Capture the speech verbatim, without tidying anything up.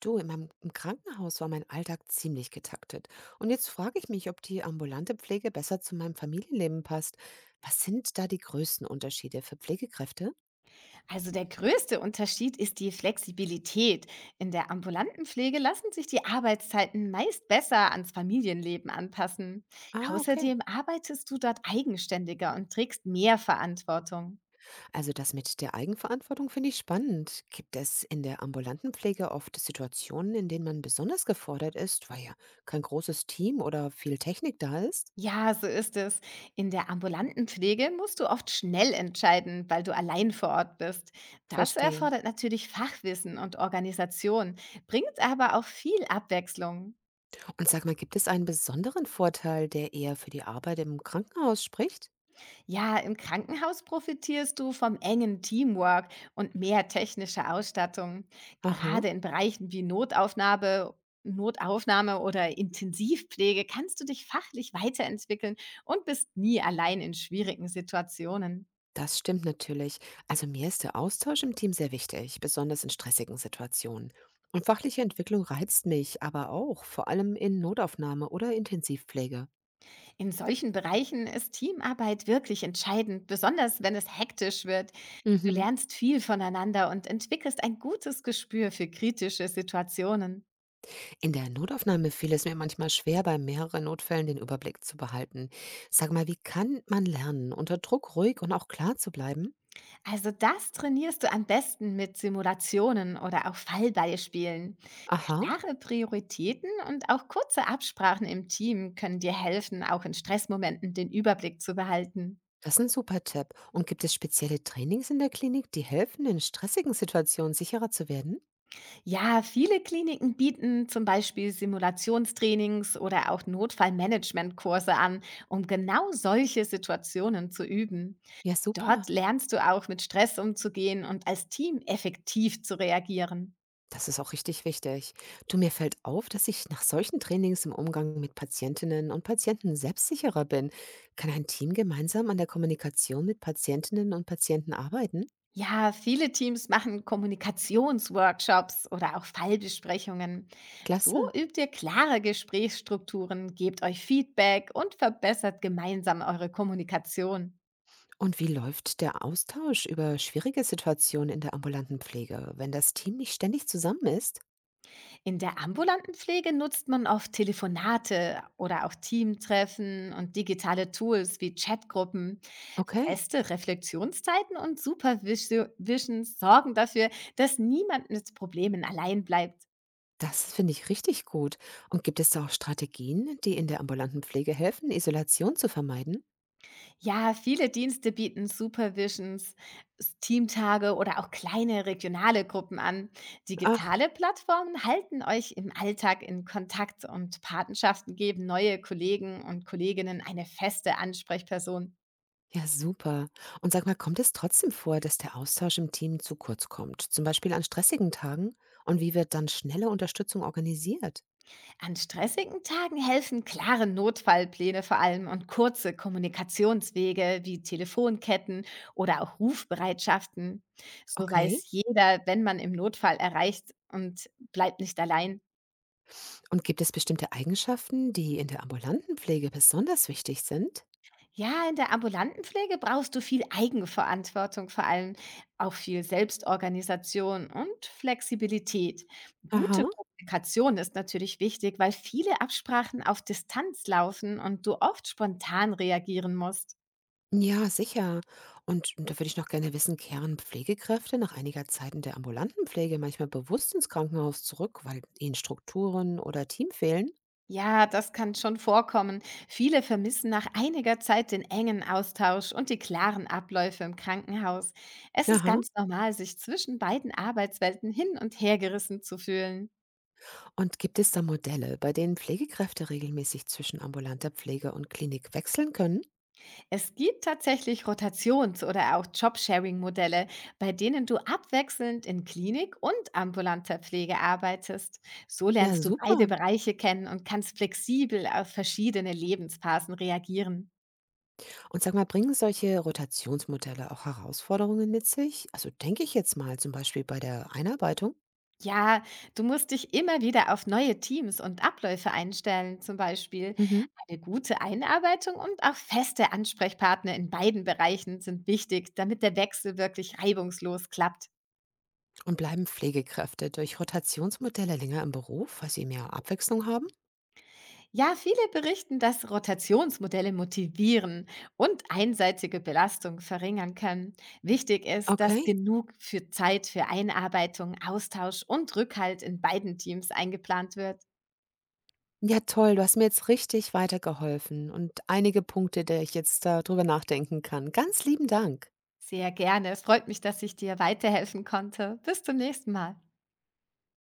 Du, in meinem, im Krankenhaus war mein Alltag ziemlich getaktet. Und jetzt frage ich mich, ob die ambulante Pflege besser zu meinem Familienleben passt. Was sind da die größten Unterschiede für Pflegekräfte? Also der größte Unterschied ist die Flexibilität. In der ambulanten Pflege lassen sich die Arbeitszeiten meist besser ans Familienleben anpassen. Ah, okay. Außerdem arbeitest du dort eigenständiger und trägst mehr Verantwortung. Also das mit der Eigenverantwortung finde ich spannend. Gibt es in der ambulanten Pflege oft Situationen, in denen man besonders gefordert ist, weil ja kein großes Team oder viel Technik da ist? Ja, so ist es. In der ambulanten Pflege musst du oft schnell entscheiden, weil du allein vor Ort bist. Das Verstehe. erfordert natürlich Fachwissen und Organisation, bringt aber auch viel Abwechslung. Und sag mal, gibt es einen besonderen Vorteil, der eher für die Arbeit im Krankenhaus spricht? Ja, im Krankenhaus profitierst du vom engen Teamwork und mehr technischer Ausstattung. Aha. Gerade in Bereichen wie Notaufnahme, Notaufnahme oder Intensivpflege kannst du dich fachlich weiterentwickeln und bist nie allein in schwierigen Situationen. Das stimmt natürlich. Also mir ist der Austausch im Team sehr wichtig, besonders in stressigen Situationen. Und fachliche Entwicklung reizt mich aber auch, vor allem in Notaufnahme oder Intensivpflege. In solchen Bereichen ist Teamarbeit wirklich entscheidend, besonders wenn es hektisch wird. Du Mhm. lernst viel voneinander und entwickelst ein gutes Gespür für kritische Situationen. In der Notaufnahme fiel es mir manchmal schwer, bei mehreren Notfällen den Überblick zu behalten. Sag mal, wie kann man lernen, unter Druck ruhig und auch klar zu bleiben? Also das trainierst du am besten mit Simulationen oder auch Fallbeispielen. Aha, Klare Prioritäten und auch kurze Absprachen im Team können dir helfen, auch in Stressmomenten den Überblick zu behalten. das ist ein super Tipp. Und gibt es spezielle Trainings in der Klinik, die helfen, in stressigen Situationen sicherer zu werden? Ja, viele Kliniken bieten zum Beispiel Simulationstrainings oder auch Notfallmanagementkurse an, um genau solche Situationen zu üben. Ja, super. Dort lernst du auch mit Stress umzugehen und als Team effektiv zu reagieren. Das ist auch richtig wichtig. Du, mir fällt auf, dass ich nach solchen Trainings im Umgang mit Patientinnen und Patienten selbstsicherer bin. Kann ein Team gemeinsam an der Kommunikation mit Patientinnen und Patienten arbeiten? Ja, viele Teams machen Kommunikationsworkshops oder auch Fallbesprechungen. So Klasse. übt ihr klare Gesprächsstrukturen, gebt euch Feedback und verbessert gemeinsam eure Kommunikation. Und wie läuft der Austausch über schwierige Situationen in der ambulanten Pflege, wenn das Team nicht ständig zusammen ist? In der ambulanten Pflege nutzt man oft Telefonate oder auch Teamtreffen und digitale Tools wie Chatgruppen. Okay, Feste Reflexionszeiten und Supervision sorgen dafür, dass niemand mit Problemen allein bleibt. das finde ich richtig gut. Und gibt es da auch Strategien, die in der ambulanten Pflege helfen, Isolation zu vermeiden? Ja, viele Dienste bieten Supervisions, S- Teamtage oder auch kleine regionale Gruppen an. Ach, Digitale Plattformen halten euch im Alltag in Kontakt und Patenschaften geben neue Kollegen und Kolleginnen eine feste Ansprechperson. ja, super. Und sag mal, kommt es trotzdem vor, dass der Austausch im Team zu kurz kommt? Zum Beispiel an stressigen Tagen? Und wie wird dann schnelle Unterstützung organisiert? An stressigen Tagen helfen klare Notfallpläne vor allem und kurze Kommunikationswege wie Telefonketten oder auch Rufbereitschaften. So Okay. weiß jeder, wenn man im Notfall erreicht und bleibt nicht allein. Und gibt es bestimmte Eigenschaften, die in der ambulanten Pflege besonders wichtig sind? Ja, in der ambulanten Pflege brauchst du viel Eigenverantwortung, vor allem auch viel Selbstorganisation und Flexibilität. Aha. Gute Kommunikation ist natürlich wichtig, weil viele Absprachen auf Distanz laufen und du oft spontan reagieren musst. Ja, sicher. Und da würde ich noch gerne wissen, kehren Pflegekräfte nach einiger Zeit in der ambulanten Pflege manchmal bewusst ins Krankenhaus zurück, weil ihnen Strukturen oder Team fehlen? Ja, das kann schon vorkommen. Viele vermissen nach einiger Zeit den engen Austausch und die klaren Abläufe im Krankenhaus. Es ist Aha. ganz normal, sich zwischen beiden Arbeitswelten hin und her gerissen zu fühlen. Und gibt es da Modelle, bei denen Pflegekräfte regelmäßig zwischen ambulanter Pflege und Klinik wechseln können? Es gibt tatsächlich Rotations- oder auch Jobsharing-Modelle, bei denen du abwechselnd in Klinik und ambulanter Pflege arbeitest. So Ja, lernst du beide super. Bereiche kennen und kannst flexibel auf verschiedene Lebensphasen reagieren. Und sag mal, bringen solche Rotationsmodelle auch Herausforderungen mit sich? Also denke ich jetzt mal zum Beispiel bei der Einarbeitung. Ja, du musst dich immer wieder auf neue Teams und Abläufe einstellen, zum Beispiel. Mhm. Eine gute Einarbeitung und auch feste Ansprechpartner in beiden Bereichen sind wichtig, damit der Wechsel wirklich reibungslos klappt. Und bleiben Pflegekräfte durch Rotationsmodelle länger im Beruf, weil sie mehr Abwechslung haben? Ja, viele berichten, dass Rotationsmodelle motivieren und einseitige Belastung verringern können. Wichtig ist, dass Okay. genug für Zeit für Einarbeitung, Austausch und Rückhalt in beiden Teams eingeplant wird. Ja, toll. Du hast mir jetzt richtig weitergeholfen und einige Punkte, der ich jetzt darüber nachdenken kann. Ganz lieben Dank. Sehr gerne. Es freut mich, dass ich dir weiterhelfen konnte. Bis zum nächsten Mal.